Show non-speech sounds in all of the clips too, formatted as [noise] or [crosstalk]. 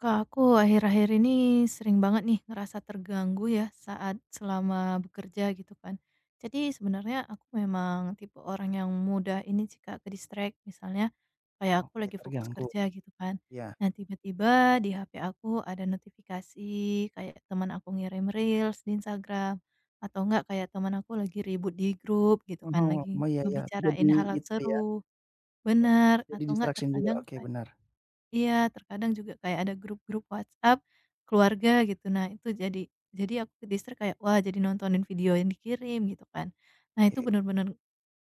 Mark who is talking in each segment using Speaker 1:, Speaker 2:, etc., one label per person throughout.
Speaker 1: Kak, aku akhir-akhir ini sering banget nih ngerasa terganggu ya saat selama bekerja gitu kan. Jadi sebenarnya aku memang tipe orang yang mudah ini sih Kak ke distract misalnya kayak aku
Speaker 2: Oke,
Speaker 1: lagi fokus
Speaker 2: terganggu.
Speaker 1: kerja gitu kan.
Speaker 2: Iya.
Speaker 1: Nah tiba-tiba di HP aku ada notifikasi kayak teman aku ngirim reels di Instagram atau enggak kayak teman aku lagi ribut di grup gitu
Speaker 2: Oh,
Speaker 1: kan lagi
Speaker 2: oh, iya, iya, jadi
Speaker 1: ngebicarain hal
Speaker 2: itu ya,
Speaker 1: seru, benar
Speaker 2: jadi
Speaker 1: atau enggak?
Speaker 2: distraction juga.
Speaker 1: Terkadang
Speaker 2: Oke, benar.
Speaker 1: iya, terkadang juga kayak ada grup-grup WhatsApp keluarga gitu. Nah, itu jadi aku ke-distract kayak, wah, jadi nontonin video yang dikirim gitu kan. Nah, itu
Speaker 2: Oke,
Speaker 1: bener-bener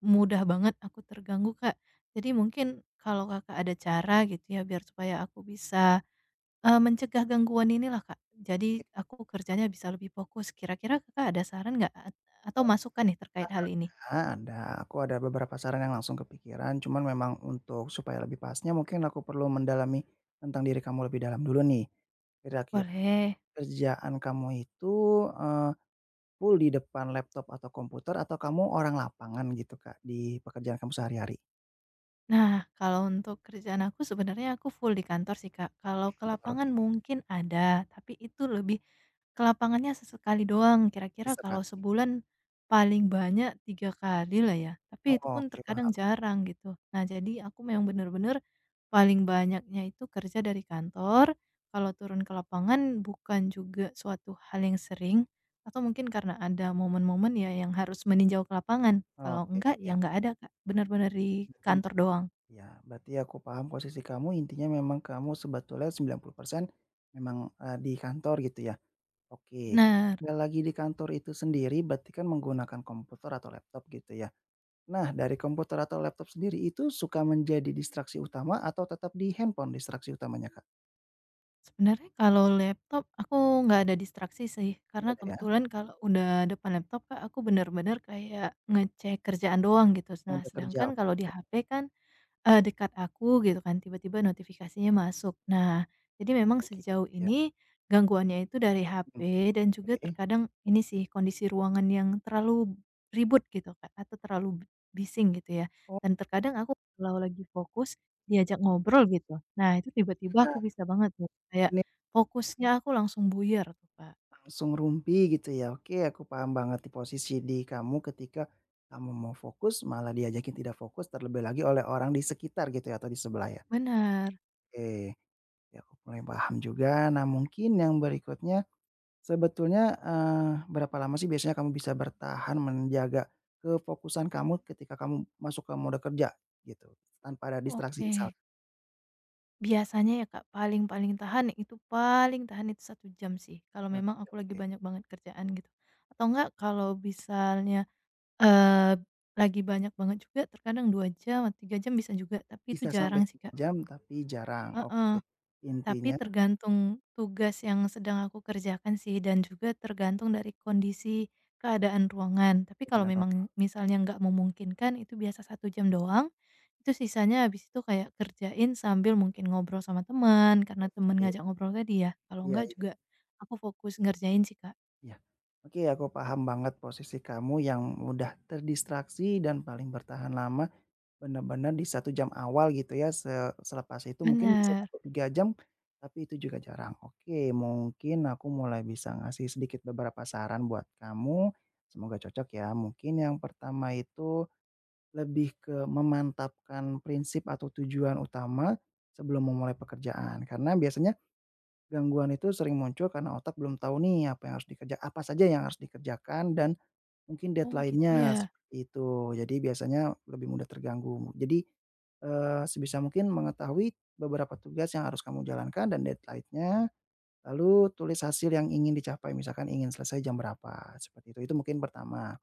Speaker 1: mudah banget aku terganggu, Kak. Jadi mungkin kalau Kakak ada cara gitu ya biar supaya aku bisa, mencegah gangguan inilah, Kak.
Speaker 2: oke,
Speaker 1: Jadi aku kerjanya bisa lebih fokus. Kira-kira Kakak ada saran nggak, atau
Speaker 2: eee,
Speaker 1: masukan nih terkait
Speaker 2: ada
Speaker 1: hal ini?
Speaker 2: ada, aku ada beberapa saran yang langsung kepikiran, cuman memang untuk supaya lebih pasnya mungkin aku perlu mendalami tentang diri kamu lebih dalam dulu nih. Kira-kira
Speaker 1: Boleh.
Speaker 2: kerjaan kamu itu, eee, full di depan laptop atau komputer atau kamu orang lapangan gitu, Kak, di pekerjaan kamu sehari-hari?
Speaker 1: Nah, kalau untuk kerjaan aku sebenarnya aku full di kantor sih, Kak. Kalau ke
Speaker 2: Kantor,
Speaker 1: lapangan
Speaker 2: oke,
Speaker 1: mungkin ada, tapi itu lebih ke lapangannya sesekali doang. Kira-kira kalau
Speaker 2: sesekali.
Speaker 1: sebulan paling banyak 3 kali lah ya,
Speaker 2: Oh,
Speaker 1: tapi itu pun
Speaker 2: oke,
Speaker 1: terkadang
Speaker 2: paham.
Speaker 1: jarang gitu. Nah, jadi aku memang bener-bener paling banyaknya itu kerja dari kantor. Kalau turun ke lapangan bukan juga suatu hal yang sering atau mungkin karena ada momen-momen ya yang harus meninjau ke lapangan. Kalau
Speaker 2: Oke,
Speaker 1: enggak
Speaker 2: iya,
Speaker 1: ya enggak ada, Kak. Bener-bener di
Speaker 2: berarti
Speaker 1: kantor doang.
Speaker 2: Ya, berarti aku paham posisi kamu, intinya memang kamu sebetulnya 90% memang, di kantor gitu ya? Oke,
Speaker 1: Benar.
Speaker 2: nggak lagi di kantor itu sendiri berarti kan menggunakan komputer atau laptop gitu ya? Nah, dari komputer atau laptop sendiri itu suka menjadi distraksi utama atau tetap di handphone distraksi utamanya, Kak?
Speaker 1: Sebenarnya kalau laptop aku nggak ada distraksi sih,
Speaker 2: Nggak
Speaker 1: karena
Speaker 2: ada ya?
Speaker 1: kebetulan kalau udah depan laptop Kak, aku bener-bener kayak ngecek kerjaan doang gitu. Nah
Speaker 2: Mode kerja,
Speaker 1: sedangkan
Speaker 2: oke.
Speaker 1: kalau di HP kan, dekat aku gitu kan, tiba-tiba notifikasinya masuk. Nah, jadi memang
Speaker 2: Oke
Speaker 1: sejauh
Speaker 2: gitu ya.
Speaker 1: ini gangguannya itu dari
Speaker 2: Mmm.
Speaker 1: HP, dan juga
Speaker 2: Oke.
Speaker 1: terkadang ini sih, kondisi ruangan yang terlalu ribut gitu Kak, atau terlalu bising gitu ya.
Speaker 2: Oh,
Speaker 1: Dan terkadang aku kalau lagi fokus diajak ngobrol gitu, nah itu tiba-tiba
Speaker 2: nah,
Speaker 1: aku bisa banget tuh, kayak
Speaker 2: ini
Speaker 1: fokusnya aku langsung buyar tuh Kak.
Speaker 2: langsung rumpi gitu ya. Oke, aku paham banget di posisi di kamu ketika kamu mau fokus malah diajakin tidak fokus terlebih lagi oleh orang di sekitar gitu ya atau di sebelah ya.
Speaker 1: Bener.
Speaker 2: Oke. Ya, aku mulai paham juga. Nah, mungkin yang berikutnya sebetulnya, berapa lama sih biasanya kamu bisa bertahan menjaga kefokusan kamu ketika kamu masuk ke mode kerja gitu, tanpa ada distraksi misal?
Speaker 1: Oke. Biasanya ya Kak, paling-paling tahan ya, itu paling tahan itu 1 jam sih, kalau
Speaker 2: Nah.
Speaker 1: memang aku lagi
Speaker 2: Oke.
Speaker 1: banyak banget kerjaan gitu. Atau enggak kalau misalnya, eee, lagi banyak banget juga terkadang 2 jam atau 3 jam bisa juga, tapi itu
Speaker 2: Bisa sampai
Speaker 1: jarang sih
Speaker 2: 3
Speaker 1: Kak.
Speaker 2: jam tapi jarang.
Speaker 1: Heeh.
Speaker 2: Oke.
Speaker 1: Tapi
Speaker 2: Intinya
Speaker 1: tergantung tugas yang sedang aku kerjakan sih, dan juga tergantung dari kondisi keadaan ruangan. Tapi kalau
Speaker 2: dengan oke.
Speaker 1: memang misalnya nggak memungkinkan itu biasa 1 jam doang, itu sisanya habis itu kayak kerjain sambil mungkin ngobrol sama teman, karena teman ngajak ngobrol tadi ya. Kalau
Speaker 2: Iya,
Speaker 1: nggak
Speaker 2: iya.
Speaker 1: juga aku fokus ngerjain sih, Kak.
Speaker 2: Ya. Oke, aku paham banget posisi kamu yang mudah terdistraksi dan paling bertahan lama benar-benar di 1 jam awal gitu ya, selepas itu mungkin bisa
Speaker 1: Benar.
Speaker 2: sampai 3 jam, tapi itu juga jarang. Oke, mungkin aku mulai bisa ngasih sedikit beberapa saran buat kamu, semoga cocok ya. Mungkin yang pertama itu lebih ke memantapkan prinsip atau tujuan utama sebelum memulai pekerjaan, karena biasanya gangguan itu sering muncul karena otak belum tahu nih apa saja yang harus dikerjakan dan mungkin
Speaker 1: Oh gitu ya?
Speaker 2: deadline-nya, seperti itu. Jadi biasanya lebih mudah terganggu. Jadi, sebisa mungkin mengetahui beberapa tugas yang harus kamu jalankan dan deadline-nya, lalu tulis hasil yang ingin dicapai, misalkan ingin selesai jam berapa, seperti itu. Itu mungkin pertama.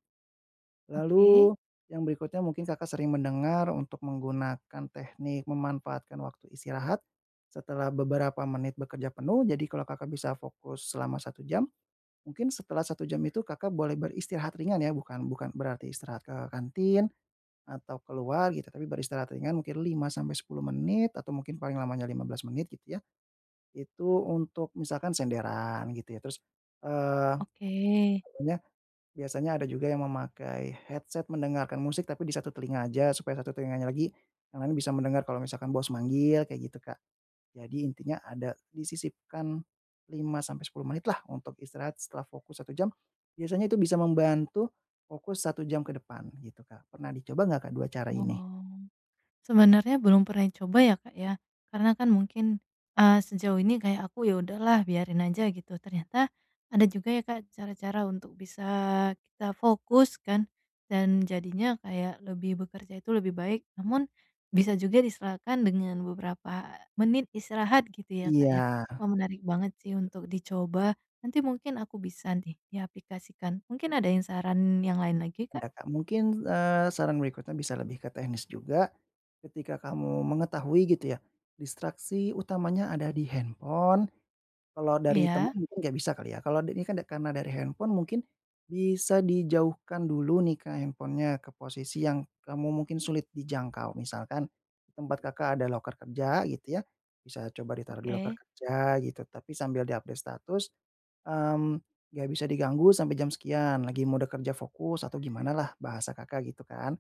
Speaker 1: Oke,
Speaker 2: Lalu yang berikutnya mungkin Kakak sering mendengar untuk menggunakan teknik memanfaatkan waktu istirahat setelah beberapa menit bekerja penuh. Jadi kalau Kakak bisa fokus selama 1 jam, mungkin setelah 1 jam itu Kakak boleh beristirahat ringan ya, bukan bukan berarti istirahat ke kantin atau keluar gitu, tapi beristirahat ringan mungkin 5 sampai 10 menit atau mungkin paling lamanya 15 menit gitu ya. Itu untuk misalkan senderan gitu ya. Terus, eee,
Speaker 1: oke.
Speaker 2: biasanya ada juga yang memakai headset mendengarkan musik tapi di satu telinga aja supaya satu telinganya lagi, yang lain bisa mendengar kalau misalkan bos manggil kayak gitu, Kak. Jadi intinya ada disisipkan 5 sampai 10 menit lah untuk istirahat setelah fokus 1 jam, biasanya itu bisa membantu fokus 1 jam ke depan gitu, Kak. Pernah dicoba nggak, Kak, dua cara ini?
Speaker 1: Oh. Sebenarnya belum pernah coba ya, Kak, ya. Karena kan mungkin, sejauh ini kayak aku ya udahlah biarin aja gitu. Ternyata ada juga ya, Kak, cara-cara untuk bisa kita fokus kan, dan jadinya kayak lebih bekerja itu lebih baik. Namun bisa juga diserahkan dengan beberapa menit istirahat gitu ya, Kak, ya.
Speaker 2: Iya,
Speaker 1: Wah, menarik banget sih untuk dicoba. Nanti mungkin aku bisa nih diaplikasikan. Mungkin ada yang saran yang lain lagi, Kak?
Speaker 2: ada, Kak. Mungkin, saran berikutnya bisa lebih ke teknis juga, ketika kamu mengetahui gitu ya, distraksi utamanya ada di handphone. Kalau dari teman
Speaker 1: Iya?
Speaker 2: mungkin nggak bisa kali ya, kalau ini kan karena dari handphone mungkin bisa dijauhkan dulu nih Kak handphonenya ke posisi yang kamu mungkin sulit dijangkau. Misalkan di tempat Kakak ada loker kerja gitu ya, bisa coba ditaruh di loker
Speaker 1: Oke,
Speaker 2: kerja gitu, tapi sambil di-update status, mmm, nggak bisa diganggu sampai jam sekian, lagi mode kerja fokus atau gimana lah bahasa Kakak gitu kan.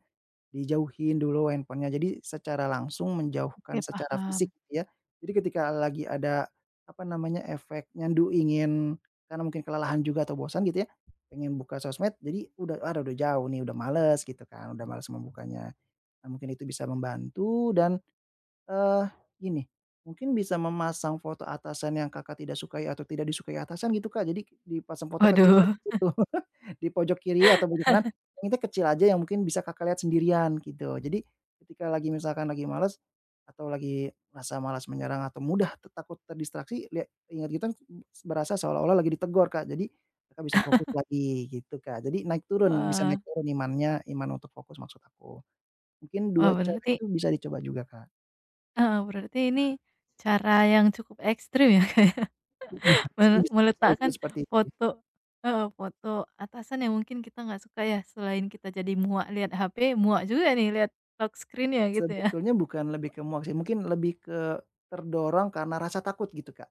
Speaker 2: Dijauhin dulu handphonenya, jadi secara langsung
Speaker 1: oke,
Speaker 2: menjauhkan secara
Speaker 1: paham.
Speaker 2: fisik gitu ya. Jadi ketika lagi ada, apa namanya, efek nyandu ingin karena mungkin kelelahan juga atau bosan gitu ya, pengen buka sosmed jadi udah, "Aduh udah jauh nih, udah males," gitu kan, udah males membukanya. Nah mungkin itu bisa membantu dan Eee, gini, mungkin bisa memasang foto atasan yang Kakak tidak sukai atau tidak disukai atasan gitu, Kak. Jadi dipasang foto kecil
Speaker 1: Waduh.
Speaker 2: aja di [laughs] di pojok kiri atau pojok kanan. Yang itu kecil aja yang mungkin bisa Kakak lihat sendirian gitu. Jadi ketika lagi misalkan lagi males atau lagi rasa malas menyerang atau mudah takut terdistraksi, lihat ingat gitu kan berasa seolah-olah lagi ditegur, Kak. Jadi Kakak bisa fokus lagi gitu, Kak. Jadi naik turun, bisa
Speaker 1: Wah,
Speaker 2: naik turun imannya, iman untuk fokus maksud aku. Mungkin
Speaker 1: wah,
Speaker 2: 2 cara
Speaker 1: berarti,
Speaker 2: itu bisa dicoba juga, Kak.
Speaker 1: heeh, berarti ini cara yang cukup ekstrim ya [laughs] Kak, ya,
Speaker 2: Iya, mungkin bisa bisa
Speaker 1: meletakkan
Speaker 2: disebut seperti itu. Ya.
Speaker 1: foto, heeh, foto atasan yang mungkin kita nggak suka ya, selain kita jadi muak lihat HP, muak juga nih lihat lock screen-nya gitu ya.
Speaker 2: Sebetulnya bukan lebih ke muak sih, mungkin lebih ke terdorong karena rasa takut gitu, Kak.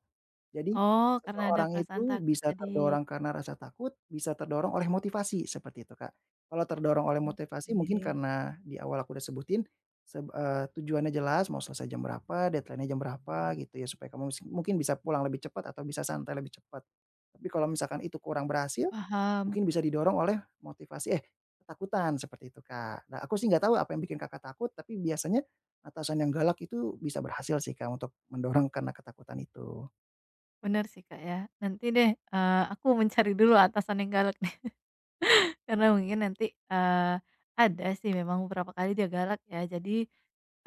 Speaker 2: Jadi
Speaker 1: Oh, karena ada
Speaker 2: seseorang
Speaker 1: perasaan
Speaker 2: itu
Speaker 1: takut
Speaker 2: bisa
Speaker 1: tadi.
Speaker 2: terdorong karena rasa takut, bisa terdorong oleh motivasi, seperti itu, Kak. Kalau terdorong oleh motivasi mungkin
Speaker 1: Oke,
Speaker 2: karena di awal aku udah sebutin, tujuannya jelas mau selesai jam berapa, deadline-nya jam berapa gitu ya supaya kamu mungkin bisa pulang lebih cepat atau bisa santai lebih cepat. Tapi kalau misalkan itu kurang
Speaker 1: ya
Speaker 2: berhasil.
Speaker 1: paham.
Speaker 2: Mungkin bisa didorong oleh motivasi, eh, ketakutan seperti itu, Kak. Nah, aku sih nggak tahu apa yang bikin Kakak takut, tapi biasanya atasan yang galak itu bisa berhasil sih, Kak, untuk mendorong karena ketakutan itu.
Speaker 1: Bener sih Kak, ya. Nanti deh, aku mencari dulu atasan yang galak nih, [laughs] karena mungkin nanti, eee, ada sih memang beberapa kali dia galak ya, jadi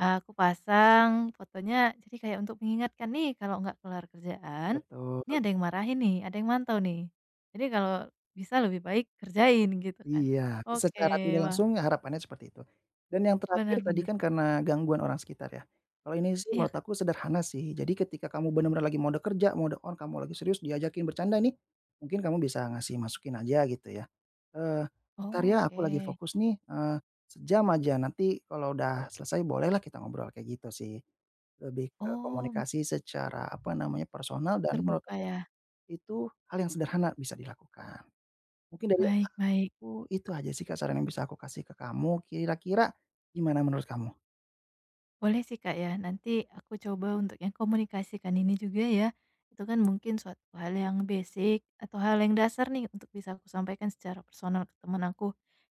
Speaker 1: aku pasang fotonya jadi kayak untuk mengingatkan nih kalau nggak kelar kerjaan,
Speaker 2: Betul.
Speaker 1: ini ada yang marahin nih, ada yang mantau nih. Jadi kalau bisa lebih baik kerjain gitu kan.
Speaker 2: Iya,
Speaker 1: Oke,
Speaker 2: secara tidak
Speaker 1: wah,
Speaker 2: langsung harapannya seperti itu. Dan yang terakhir
Speaker 1: benar,
Speaker 2: tadi
Speaker 1: benar.
Speaker 2: kan karena gangguan orang sekitar ya. Kalau ini sih
Speaker 1: Iya
Speaker 2: menurut
Speaker 1: Kak.
Speaker 2: aku sederhana sih. Jadi ketika kamu benar-benar lagi mode kerja, mode on, kamu lagi serius diajakin bercanda nih, mungkin kamu bisa ngasih masukin aja gitu ya. Eee, "Entar ya aku
Speaker 1: Oke.
Speaker 2: lagi fokus nih, sejam aja nanti kalau udah selesai bolehlah kita ngobrol," kayak gitu sih. Lebih ke
Speaker 1: Oh,
Speaker 2: komunikasi secara apa namanya, personal dan menurut
Speaker 1: terbuka
Speaker 2: aku
Speaker 1: ya.
Speaker 2: itu hal yang sederhana bisa dilakukan. Mungkin dari.
Speaker 1: Baik, baik.
Speaker 2: Oh, itu aja sih Kak saran yang bisa aku kasih ke kamu, kira-kira gimana menurut kamu?
Speaker 1: Boleh sih Kak ya, nanti aku coba untuk yang komunikasikan ini juga ya. Itu kan mungkin suatu hal yang basic atau hal yang dasar nih untuk bisa aku sampaikan secara personal ke teman aku.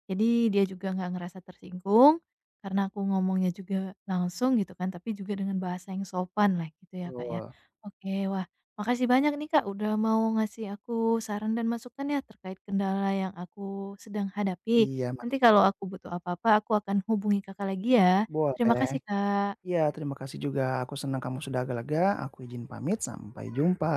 Speaker 1: Jadi dia juga nggak ngerasa tersinggung karena aku ngomongnya juga langsung gitu kan, tapi juga dengan bahasa yang sopan lah gitu ya Kak ya.
Speaker 2: Betul.
Speaker 1: Oke, wah, makasih banyak nih Kak udah mau ngasih aku saran dan masukan ya terkait kendala yang aku sedang hadapi.
Speaker 2: Iya,
Speaker 1: Nanti kalau aku butuh apa-apa aku akan hubungi Kakak lagi ya. Terima
Speaker 2: boleh.
Speaker 1: kasih, Kak.
Speaker 2: Iya, terima kasih juga, aku senang kamu sudah agak lega, aku izin pamit, sampai jumpa.